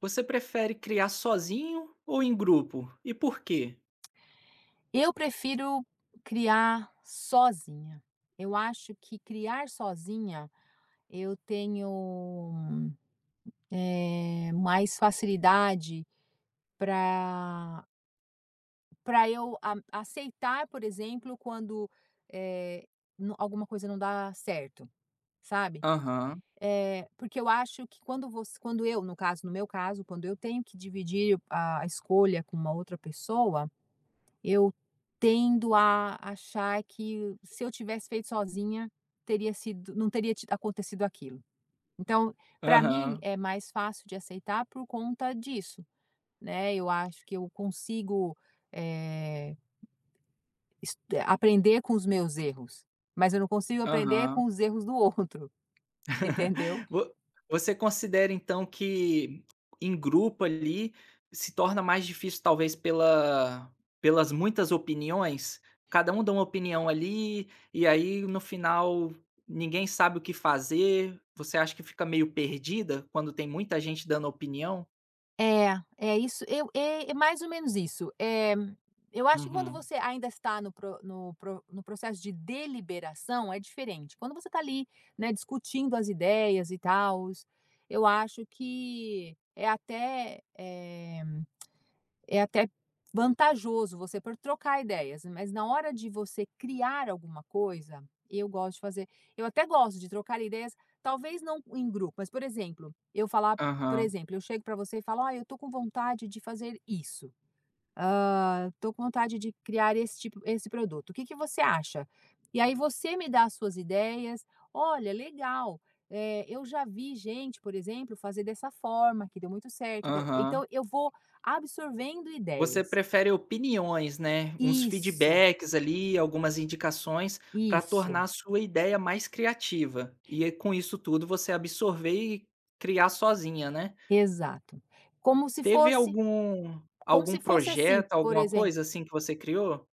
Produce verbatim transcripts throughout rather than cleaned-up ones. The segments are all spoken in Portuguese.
Você prefere criar sozinho ou em grupo? E por quê? Eu prefiro criar sozinha. Eu acho que criar sozinha eu tenho, eh, mais facilidade para para eu a aceitar, por exemplo, quando, eh, no alguma coisa não dá certo, sabe. Aham, Eh, porque eu acho que quando você quando eu, no caso no meu caso, quando eu tenho que dividir a a escolha com uma outra pessoa, eu tendo a achar que se eu tivesse feito sozinha, teria sido não teria ti acontecido aquilo. Então, para mim aham, é mais fácil de aceitar por conta disso, né, eu acho que eu consigo, eh, es eh, aprender com os meus erros, mas eu não consigo aprender com aham. os erros do outro, entendeu? Vo você considera então que em grupo ali se torna mais difícil talvez pela pelas muitas opiniões? Cada um dá uma opinião ali, e aí no final ninguém sabe o que fazer. Você acha que fica meio perdida quando tem muita gente dando opinião? É, é isso, eu é é mais ou menos isso. Eh, eu acho que quando Uhum. você ainda está no pro no pro no processo de deliberação, é diferente. Quando você está ali, né, discutindo as ideias e tal, eu acho que é até, eh é até vantajoso você por trocar ideias, mas na hora de você criar alguma coisa, eu gosto de fazer eu até gosto de trocar ideias, talvez não em grupo, mas, por exemplo, eu falar por Aham, exemplo, eu chego para você e falo: "Ah, eu tô com vontade de fazer isso". Ah, tô com vontade de criar esse tipo, esse produto. O que que você acha? E aí você me dá as suas ideias. Olha, legal. Eh, eu já vi gente, por exemplo, fazer dessa forma, que deu muito certo. Então, aham. então eu vou absorvendo Você ideias. prefere opiniões, né, uns Isso, feedbacks ali, algumas indicações para tornar isso, a sua ideia mais criativa. E aí com isso tudo você absorver e criar sozinha, né. exato. Como se Teve fosse, algum como algum se fosse assim, projeto, por alguma exemplo. coisa assim que você criou?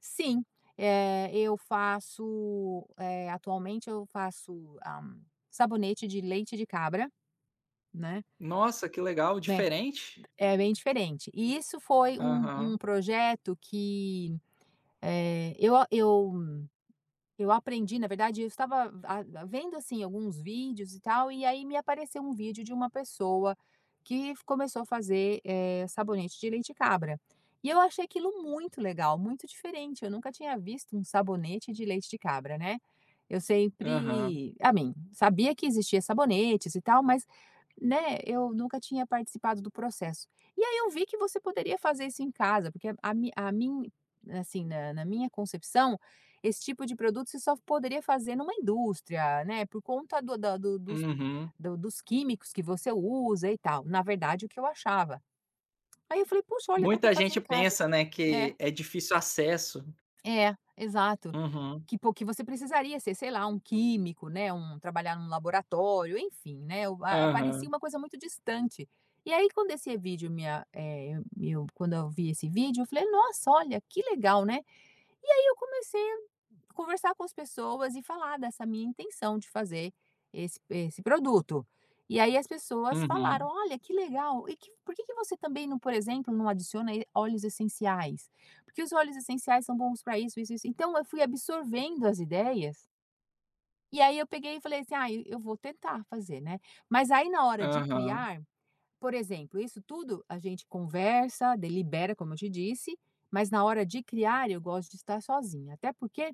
Sim, eh, eu faço, eh, atualmente eu faço ah, sabonete de leite de cabra, né? Nossa, que legal, Né? diferente. É bem diferente. E isso foi um um Aham, projeto que, eh, eu eu eu aprendi, na verdade, eu estava a a- vendo, assim, alguns vídeos e tal, e aí me apareceu um vídeo de uma pessoa que f começou a fazer, eh, sabonete de leite cabra. E eu achei aquilo muito legal, muito diferente, eu nunca tinha visto um sabonete de leite de cabra, né. Eu aham, sempre a mim, Sabia que existia sabonetes e tal, mas, né, eu nunca tinha participado do processo. E aí eu vi que você poderia fazer isso em casa, porque a a, mi a mim assim, na na minha concepção, esse tipo de produto você só poderia fazer numa indústria, né, por conta do da do dos uhum. do dos químicos que você usa e tal. Na verdade, o que eu achava. Aí eu falei: "Puxa, olha, dá para Muita fazer gente em casa". pensa, né, É, que é difícil acesso. é, exato. Uhum, Que po que você precisaria ser, sei lá, um químico, né, um trabalhar num laboratório, enfim, né, o a parecia aham, uma coisa muito distante. E aí quando esse vídeo minha, a eh, Eu quando eu vi esse vídeo, eu falei: "Nossa, olha, que legal, né". E aí eu comecei conversar com as pessoas e falar dessa minha intenção de fazer esse esse produto. E aí as pessoas falaram: uhum, "Olha, que legal, e que por que que você também não, por exemplo, não adiciona e óleos essenciais? Porque os óleos essenciais são bons para isso, isso, isso". Então eu fui absorvendo as ideias, e aí eu peguei e falei assim: "Ah, eu eu vou tentar fazer, né". Mas aí na hora de aham. criar, por exemplo, isso tudo a gente conversa, delibera, como eu te disse, mas na hora de criar eu gosto de estar sozinha, até porque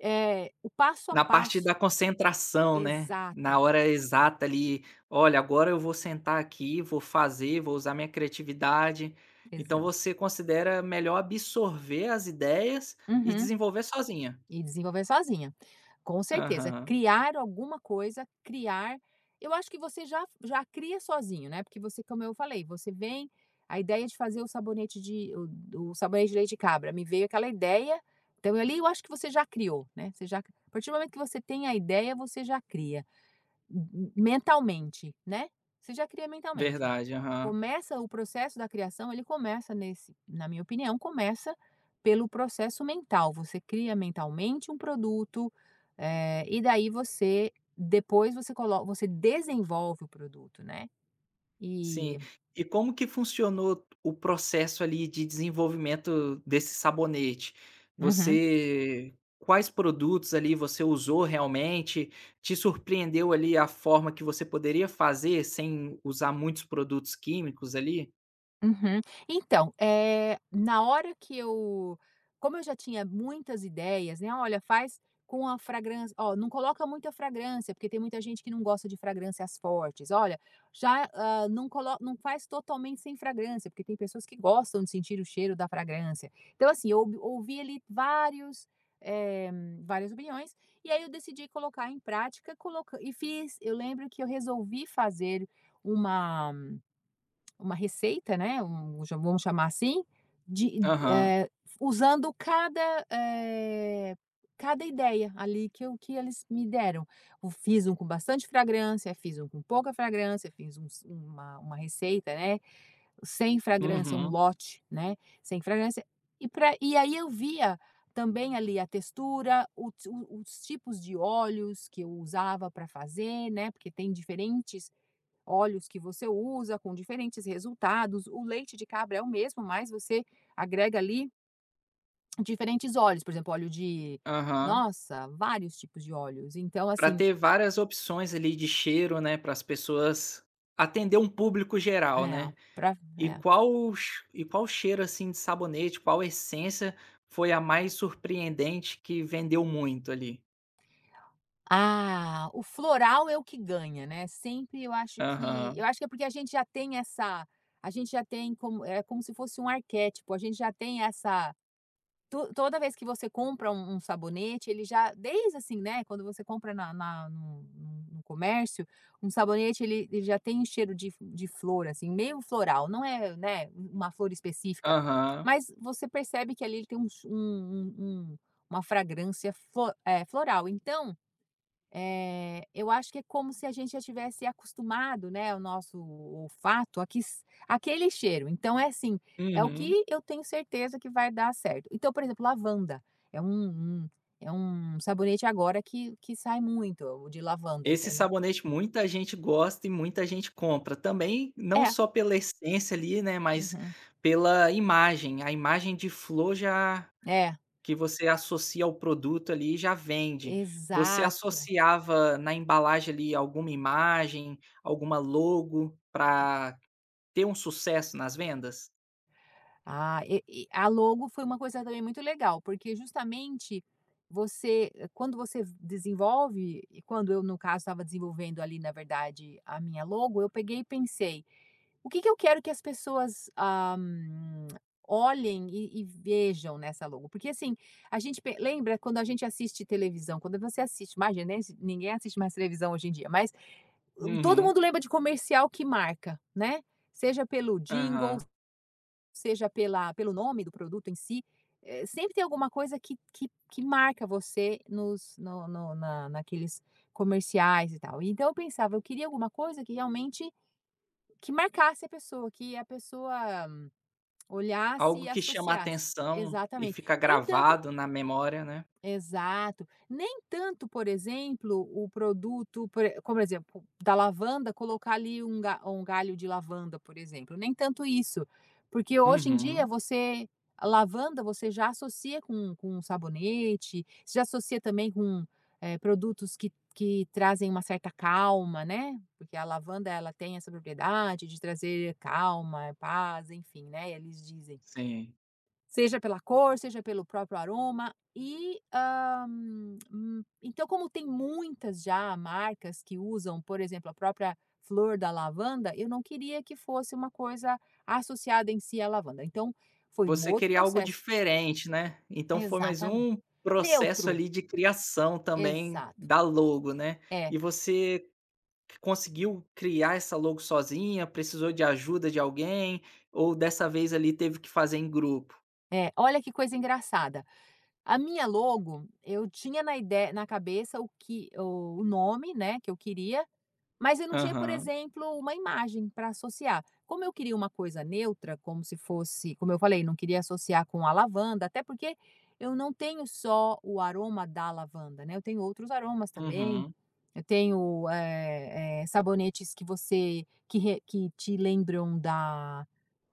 é, o passo a Na parte da passo. concentração, né, Exato, na hora exata ali, é, "Olha, agora eu vou sentar aqui, vou fazer, vou usar minha criatividade". Então exato. você considera melhor absorver as ideias e Uhum. desenvolver sozinha. E desenvolver sozinha, com certeza. Aham, Criar alguma coisa, criar eu acho que você já já cria sozinho, né, porque você como eu falei, você vem a ideia de fazer o sabonete de o o sabonete de leite de cabra, me veio aquela ideia, então ali eu acho que você já criou, né, você já a partir do momento que você tem a ideia, você já cria, mentalmente, né, você já cria mentalmente. verdade, aham. Começa o processo da criação, ele começa nesse na minha opinião, começa pelo processo mental. Você cria mentalmente um produto, eh, e daí você depois você coloca, você desenvolve o produto, né. Sim. E E como que funcionou o processo ali de desenvolvimento desse sabonete? uhum. Você quais produtos ali você usou realmente? Te surpreendeu ali a forma que você poderia fazer sem usar muitos produtos químicos ali? Uhum. Então, eh, na hora que eu como eu já tinha muitas ideias, né, "Olha, faz com a fragrância, ó, não coloca muita fragrância, porque tem muita gente que não gosta de fragrâncias fortes. Olha, já, hã, não coloca não faz totalmente sem fragrância, porque tem pessoas que gostam de sentir o cheiro da fragrância". Então, assim, eu ouvi ouvi ali vários, eh, várias opiniões, e aí eu decidi colocar em prática, coloca e fiz. Eu lembro que eu resolvi fazer uma uma receita, né, um já vamos chamar assim, de Aham. eh, usando cada, eh, cada ideia ali que eu que eles me deram. Eu fiz um com bastante fragrância, fiz um com pouca fragrância, fiz uns uma uma receita, né, sem fragrância, um Uhum. lote, né, sem fragrância, e pra e aí eu via também ali a textura, o o os tipos de óleos que eu usava para fazer, né, porque tem diferentes óleos que você usa, com diferentes resultados. O leite de cabra é o mesmo, mas você agrega ali diferentes óleos, por exemplo, óleo de Aham. nossa, vários tipos de óleos. Então, Pra assim, ter várias opções ali de cheiro, né, para as pessoas atender um público geral, é, né? pra E é. qual o e qual o cheiro, assim, de sabonete, qual essência foi a mais surpreendente que vendeu muito ali? Ah, o floral é o que ganha, né, sempre eu acho que eu Aham, acho que é porque a gente já tem essa a gente já tem como é como se fosse um arquétipo, a gente já tem essa to toda vez que você compra um um sabonete, ele já desde assim, né, quando você compra na na no no no comércio, um sabonete ele ele já tem um cheiro de de flor, assim, meio floral, não é, né, um, uma flor específica, aham, mas você percebe que ali ele tem um ch- um um um uma fragrância flo eh, floral. Então, eh, eu acho que é como se a gente já tivesse acostumado, né, o nosso olfato aquis aquele cheiro. Então é assim, é o uhum. que eu tenho certeza que vai dar certo. Então, por exemplo, lavanda é um um é um sabonete agora que que sai muito, o de lavanda, Esse entendeu? sabonete muita gente gosta e muita gente compra, também não É. só pela essência ali, né, mas Uhum. pela imagem, a imagem de flor já É, que você associa ao produto ali já vende. Você exato. associava na embalagem ali alguma imagem, alguma logo para ter um sucesso nas vendas? Ah, e e a logo foi uma coisa também muito legal, porque justamente você eh, quando você desenvolve e quando eu, no caso, estava desenvolvendo ali, na verdade, a minha logo, eu peguei e pensei: "O que que eu quero que as pessoas, ah, hum, olhem e e vejam nessa logo?" Porque, assim, a gente pe lembra quando a gente assiste televisão, quando você assiste imagina, nem assis ninguém assiste mais televisão hoje em dia, mas uh, todo Uhum. mundo lembra de comercial que marca, né? Seja pelo jingle, Aham. seja pela pelo nome do produto em si, eh, sempre tem alguma coisa que que que marca você nos no no na naqueles comerciais e tal. Então eu pensava, eu queria alguma coisa que realmente que marcasse a pessoa, que a pessoa hum, olhasse Algo e que chama a associasse. atenção e Exatamente. fica Nem tanto gravado na memória, né. exato. Nem tanto, por exemplo, o produto, por e- como por exemplo, da lavanda, colocar ali um, ga- um galho de lavanda, por exemplo. Nem tanto isso. Porque hoje em dia Uhum. você, a lavanda, você já associa com, com sabonete, você já associa também com eh, produtos que, que trazem uma certa calma, né? Porque a lavanda, ela tem essa propriedade de trazer calma, paz, enfim, né? Eles dizem. Sim. Seja pela cor, seja pelo próprio aroma e, hã, hum, então como tem muitas já marcas que usam, por exemplo, a própria flor da lavanda, eu não queria que fosse uma coisa associada em si à lavanda, então foi um Você outro queria algo processo. diferente, né. Então foi mais Exatamente. um processo Neutro, ali de criação também exato. da logo, né. É, E você conseguiu criar essa logo sozinha, precisou de ajuda de alguém, ou dessa vez ali teve que fazer em grupo? é. Olha que coisa engraçada, a minha logo, eu tinha na ideia, na cabeça o que o o nome, né, que eu queria, mas eu não tinha, por Aham. exemplo, uma imagem para associar. Como eu queria uma coisa neutra, como se fosse, como eu falei, não queria associar com a lavanda, até porque eu não tenho só o aroma da lavanda, né? Eu tenho outros aromas também. Uhum. Eu tenho eh, eh, sabonetes que você que, re- que te lembram da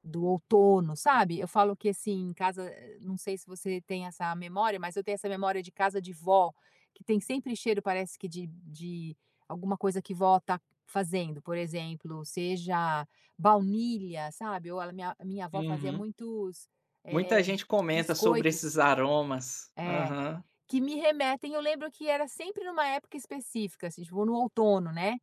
do outono, sabe? Eu falo que, assim, em casa, eh, não sei se você tem essa memória, mas eu tenho essa memória de casa de vó, que tem sempre cheiro, parece que de de alguma coisa que vó tá fazendo, por exemplo, seja baunilha, sabe, ou a minha a minha avó fazia Uhum. muitos, Muita eh, gente comenta sobre biscoitos esses aromas. é, Aham, que me remetem eu lembro que era sempre numa época específica, assim, tipo no outono, né.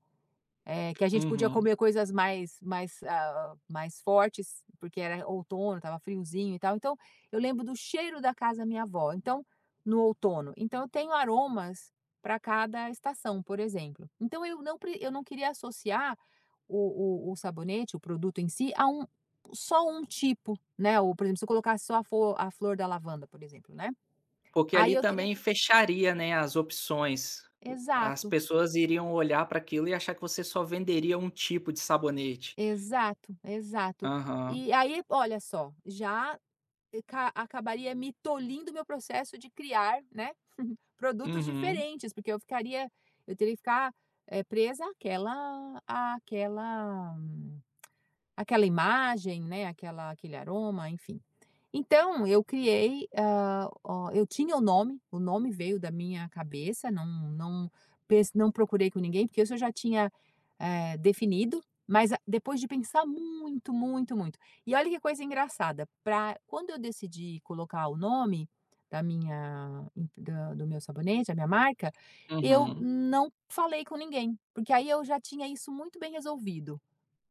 Eh, que a gente podia uhum. comer coisas mais mais, ah, mais fortes, porque era outono, estava friozinho e tal. Então, eu lembro do cheiro da casa da minha avó, então no outono. Então, eu tenho aromas para cada estação, por exemplo. Então, eu não pre eu não queria associar o o o sabonete, o produto em si, a um só um tipo, né, ou, por exemplo, se eu colocasse só a fo a flor da lavanda, por exemplo, né, Porque aí ali eu teria também que fecharia, né, as opções. O as exato, pessoas iriam olhar para aquilo e achar que você só venderia um tipo de sabonete. exato, exato. Aham. E aí, olha só, já ca acabaria me tolhindo o meu processo de criar, né, produtos Uhum, diferentes, porque eu ficaria eu teria que ficar, eh, presa àquela àquela hum, aquela imagem, né, aquela aquele aroma, enfim. Então eu criei, hã, o eu tinha o nome, o nome veio da minha cabeça, não não pes não procurei com ninguém, porque isso eu já tinha, eh, definido, mas a depois de pensar muito, muito, muito. E olha que coisa engraçada, pra quando eu decidi colocar o nome da minha em da do meu sabonete, da minha marca, eu uhum. não falei com ninguém, porque aí eu já tinha isso muito bem resolvido.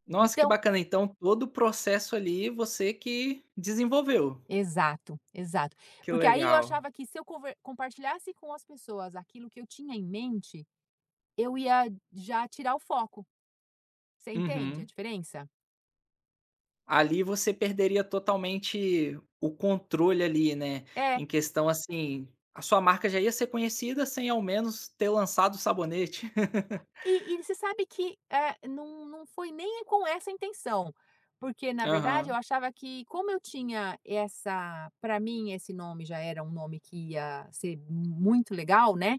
Nossa, que Então bacana, então todo o processo ali você que desenvolveu. exato, exato. Que Porque aí eu legal. achava que se eu conver compartilhasse com as pessoas aquilo que eu tinha em mente, eu ia já tirar o foco. Você entende a Uhum. diferença? Ali você perderia totalmente o controle ali, né, É. em questão, assim, a sua marca já ia ser conhecida sem ao menos ter lançado o sabonete. E e você sabe que, eh, não não foi nem com essa intenção, porque na verdade eu Aham, achava que como eu tinha essa para mim esse nome já era um nome que ia ser muito legal, né,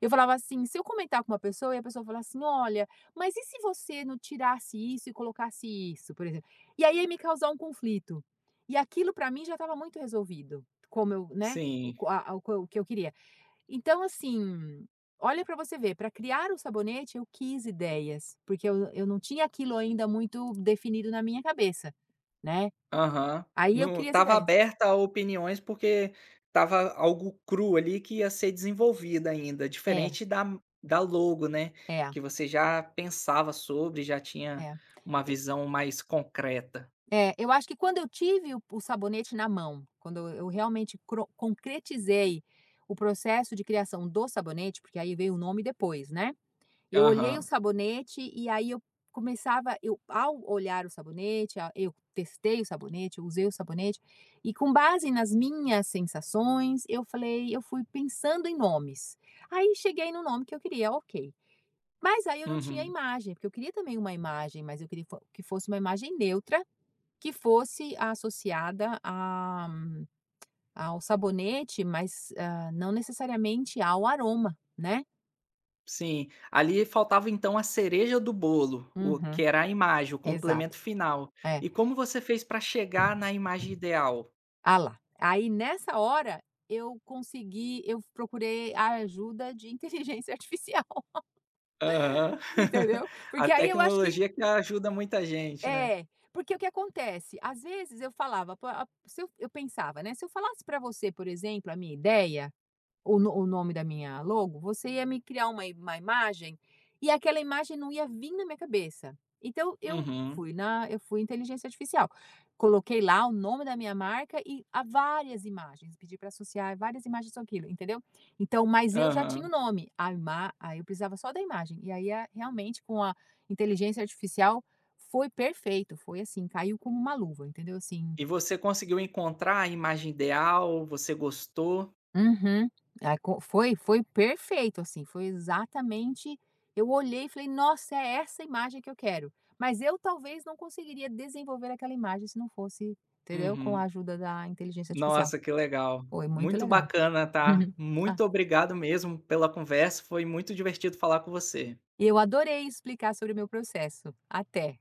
eu falava assim, se eu comentar com uma pessoa e a pessoa falar assim: "Olha, mas e se você não tirasse isso e colocasse isso?", por exemplo. E aí ia me causar um conflito. E aquilo para mim já estava muito resolvido, como eu, né, o sim, co- a a- o que eu queria. Então, assim, olha para você ver, para criar o sabonete eu quis ideias, porque eu, eu não tinha aquilo ainda muito definido na minha cabeça, né? aham. Aí eu Não queria as tava ideias. aberta a opiniões, porque tava algo cru ali que ia ser desenvolvido ainda, É, diferente da da logo, né, é, que você já pensava sobre, já tinha é. uma E- visão mais concreta. É, eu acho que quando eu tive o, o sabonete na mão, quando eu, eu realmente cro- concretizei o processo de criação do sabonete, porque aí veio o nome depois, né? Eu olhei o Aham, sabonete e aí eu começava eu ao olhar o sabonete, a eu testei o sabonete, eu usei o sabonete, e com base nas minhas sensações, eu falei eu fui pensando em nomes. Aí cheguei no nome que eu queria, ok. Mas aí eu não tinha uhum. imagem, porque eu queria também uma imagem, mas eu queria fo que fosse uma imagem neutra, que fosse associada a ao sabonete, mas, hã, não necessariamente ao aroma, né. Sim, ali faltava então a cereja do bolo, o que Uhum, era a imagem, o exato. complemento final. É. E como você fez para chegar na imagem ideal? Ah lá. Aí nessa hora, eu consegui eu procurei a ajuda de inteligência artificial, Aham. entendeu. A Porque aí eu acho que tecnologia que ajuda muita gente, né. é, porque o que acontece, às vezes eu falava, po a se eu eu pensava, né, se eu falasse para você, por exemplo, a minha ideia, o no o nome da minha logo, você ia me criar uma i uma imagem, e aquela imagem não ia vir na minha cabeça. Então eu Uhum, fui na eu fui inteligência artificial, coloquei lá o nome da minha marca e há várias imagens, pedi para associar várias imagens com aquilo, entendeu? Então mas eu já tinha o aham. nome, a ima aí eu precisava só da imagem, e aí a realmente com a inteligência artificial foi perfeito, foi assim, caiu como uma luva, entendeu? Assim, E você conseguiu encontrar a imagem ideal? Você gostou? uhum. Ah, co foi foi perfeito, assim, foi exatamente eu olhei e falei: "Nossa, é essa imagem que eu quero". Mas eu talvez não conseguiria desenvolver aquela imagem se não fosse, entendeu, com a Uhum. ajuda da inteligência artificial. Nossa, que legal. Foi muito Muito legal. bacana, tá. Ah, Muito obrigado mesmo pela conversa, foi muito divertido falar com você. e eu adorei explicar sobre o meu processo. Até.